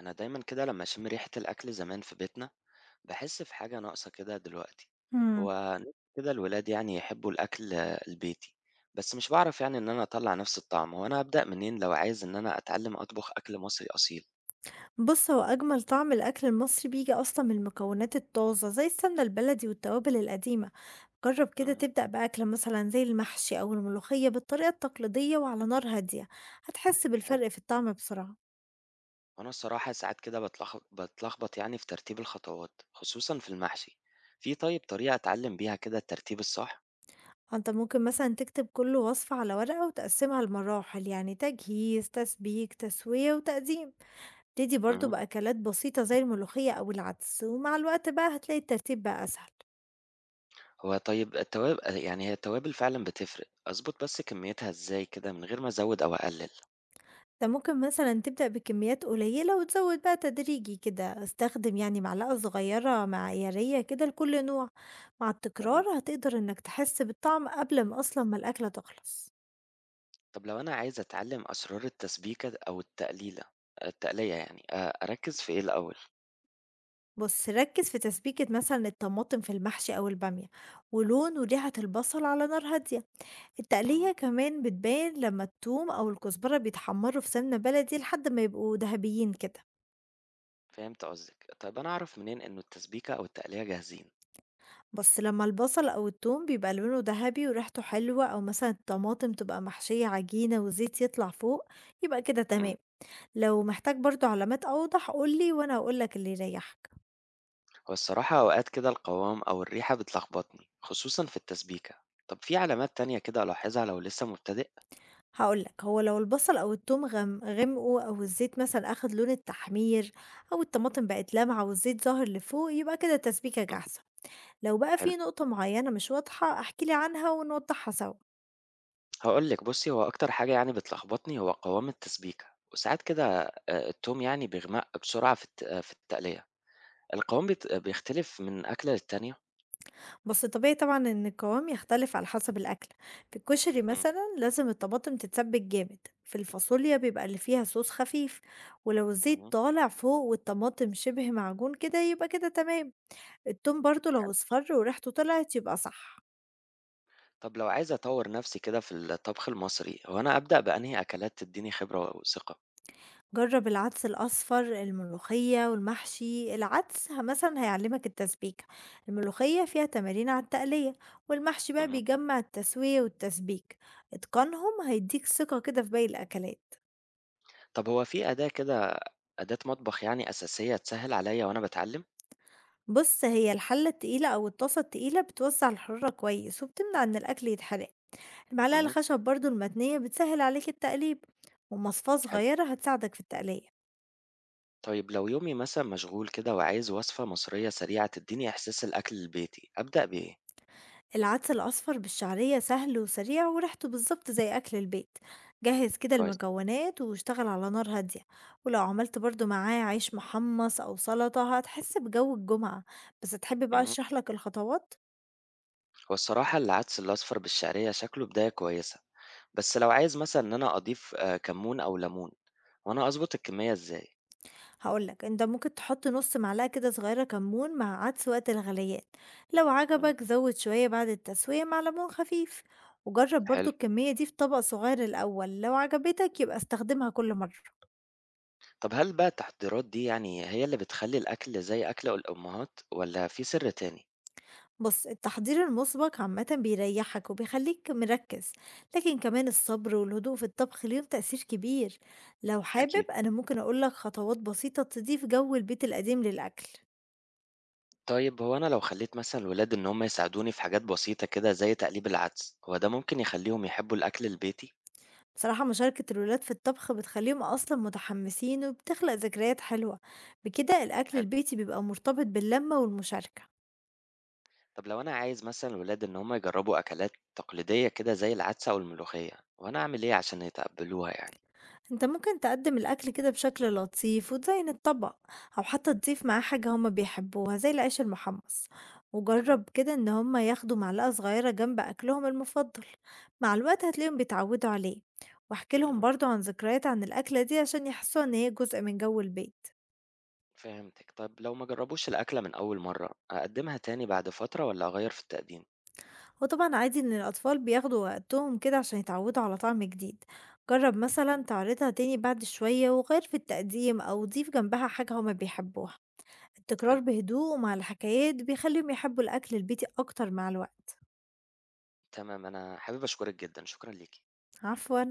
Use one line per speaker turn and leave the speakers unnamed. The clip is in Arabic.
أنا دايما كده لما أشم ريحة الأكل زمان في بيتنا، بحس في حاجة ناقصة كده دلوقتي.
إمم.
هو نفسي كده الولاد يعني يحبوا الأكل البيتي. بس مش بعرف يعني إن أنا أطلع نفس الطعم. هو أنا أبدأ منين لو عايز إن أنا أتعلم أطبخ أكل مصري أصيل؟
بُص، هو أجمل طعم الأكل المصري بييجي أصلًا من المكونات الطازة، زي السمنة البلدي والتوابل القديمة. جرّب كده
مهم.
تبدأ بأكلة مثلًا زي المحشي أو الملوخية بالطريقة التقليدية وعلى نار هادية، هتحس
حلو.
بالفرق في الطعم بسرعة.
وأنا الصراحة ساعات كده بتلخبط يعني في ترتيب الخطوات خصوصا في المحشي. في طيب طريقة أتعلم بيها كده الترتيب الصح؟
فأنت ممكن مثلًا تكتب كل وصفة على ورقة وتقسّمها لمراحل، يعني تجهيز، تسبيك، تسوية وتقديم. ابتدي برضه
مهم.
بأكلات بسيطة زي الملوخية أو العدس، ومع الوقت بقى هتلاقي الترتيب بقى أسهل.
هو طيب التوابل يعني هي التوابل فعلا بتفرق. أظبط بس كميتها إزاي كده من غير ما أزود أو أقلل؟
أنت ممكن مثلًا تبدأ بكميات قليلة وتزود بقى تدريجي كده، استخدم يعني معلقة صغيرة معيارية كده لكل نوع، مع
تمام.
التكرار هتقدر إنك تحس بالطعم قبل ما أصلًا ما الأكلة تخلص.
طب لو أنا عايز أتعلم أسرار التسبيكة أو التقلية يعني أركز في إيه الأول؟
بُص ركز في تسبيكة مثلًا الطماطم في المحشي أو البامية، ولون وريحة البصل على نار هادية. التقلية
مم.
كمان بتبان لما التوم أو الكزبرة بيتحمروا في سمنة بلدي لحد ما يبقوا ذهبيين كده.
فهمت قصدك. طيب أنا أعرف منين إنه التسبيكة أو التقلية جاهزين؟
بس لمّا البصل أو التوم بيبقى لونه دهبي وريحته حلوة أو مثلًا الطماطم تبقى محشية عجينة وزيت يطلع فوق، يبقى كده
مم.
تمام، لو محتاج برضه علامات أوضح قُل لي وأنا هاقول لك اللي يريحك.
هو الصراحة أوقات كده القوام أو الريحة بتلخبطني خصوصا في التسبيكة. طب في علامات تانية كده ألاحظها لو لسه مبتدئ؟
هاقول لك، هو لو البصل أو التوم غمقوا أو الزيت مثلًا أخد لون التحمير أو الطماطم بقت لامعة والزيت ظاهر لفوق يبقى كده التسبيكة
مم.
جاهزة. لو بقى
حلو.
في نقطة معينة مش واضحة احكِ لي عنها ونوضحها سوا.
هقول لك بصي، هو أكتر حاجة يعني بتلخبطني هو قوام التسبيكة وساعات كده، التوم يعني بيغمق بسرعة في التقلية. القوام بيختلف من أكلة للتانية.
بس طبيعي طبعا ان القوام يختلف على حسب الاكل، في الكشري
مم.
مثلا لازم الطماطم تتسبك جامد. في الفاصوليا بيبقى اللي فيها صوص خفيف، ولو الزيت
مم.
طالع فوق والطماطم شبه معجون كده يبقى كده تمام. التوم برضو لو اصفر وريحته طلعت يبقى صح.
طب لو عايز أطور نفسي كده في الطبخ المصري، هو أنا أبدأ بأنهي أكلات تديني خبرة وثقة؟
جرب العدس الاصفر الملوخية والمحشي، مثلا هيعلمك التسبيكة. الملوخية فيها تمارين على التقلية، والمحشي بقى
اهم.
بيجمع التسوية والتسبيك. اتقانهم هيديك ثقة كده في باقي الاكلات.
طب هو في أداة كده، أداة مطبخ يعني أساسية تسهل عليا وأنا باتعلم؟
بص هي الحلة التقيلة أو الطاسة التقيلة بتوزع الحرارة كويس وبتمنع إن الأكل يتحرق. المعلقة
اهم.
الخشب برضو المتنية بتسهل عليك التقليب، ومصفاة
حلو.
صغيرة هتساعدك في التقلية.
طيب لو يومي مثلًا مشغول كده وعايز وصفة مصرية سريعة تديني إحساس الأكل البيتي، أبدأ بإيه؟
العدس الأصفر بالشعرية سهل وسريع وريحته بالظبط زي أكل البيت. جهز كده
كويس.
المكونات واشتغل على نار هادية، ولو عملت برضو معاه عيش محمص أو سلطة هتحس بجو الجمعة. بس تحب بقى
اهم.
أشرحلك الخطوات؟
هو الصراحة العدس الأصفر بالشعرية شكله بداية كويسة، بس لو عايز مثلًا إن أنا أضيف كمون أو ليمون، هو أنا أضبط الكمية إزاي؟
هقول لك، انت ممكن تحط نص معلقه كده صغيره كمون مع عدس وقت الغليان. لو
إمم.
عجبك زود شويه بعد التسويه مع ليمون خفيف، وجرب برضو
حلو.
الكميه دي في طبق صغير الاول، لو عجبتك يبقى استخدمها كل مره.
طب هل بقى التحضيرات دي يعني هي اللي بتخلّي الأكل زي أكل الأمهات والّا في سِر تاني؟
بص التحضير المسبق عامه بيريحك وبيخليك مركز، لكن كمان الصبر والهدوء في الطبخ ليهم تاثير كبير. لو حابب
أكيد.
انا ممكن اقول لك خطوات بسيطه تضيف جو البيت القديم للاكل.
طيب هو أنا لو خلّيت مثلًا الولاد إن هم يساعدوني في حاجات بسيطة كده زي تقليب العدس، هو ده ممكن يخلّيهم يحبّوا الأكل البيتي؟
بصراحة مشاركة الولاد في الطبخ بتخليهم أصلا متحمسين وبتخلق ذكريات حلوة، بكده الأكل
حلو.
البيتي بيبقى مرتبط باللمة والمشاركة.
طب لو أنا عايز مثلًا الولاد إن هم يجرّبوا أكلات تقليدية كده زي العدس أو الملوخية، هو أنا أعمل إيه عشان يتقبّلوها يعني؟
انت ممكن تقدم الأكل كده بشكل لطيف وتزين الطبق، أو حتى تضيف معاه حاجة هما بيحبوها زي العيش المحمص.
تمام.
وجرب كده إن هما ياخدوا معلقة صغيرة جنب أكلهم المفضل، مع الوقت هتلاقيهم بيتعودوا عليه. واحكي لهم
اهم.
برضو عن ذكريات عن الأكلة دي عشان يحسوا إن هي جزء من جو البيت.
فهمتِك. طب لو ما جرّبوش الأكلة من أول مرّة، أقدّمها تاني بعد فترة والّا أغيّر في التقديم؟
هو طبعًا عادي إن الأطفال بياخدوا وقتهم كده عشان يتعودوا على طعم جديد، جرّب
إمم.
مثلًا تعرضها تاني بعد شوية وغيّر في التقديم أو ضيف جنبها حاجة هُم بيحبوها، التكرار
حلو.
بهدوء ومع الحكايات بيخليهم يحبوا الأكل البيتي أكتر مع الوقت.
تمام، أنا حابب أشكرِك جدًا، شكرًا ليكِ.
عفوًا.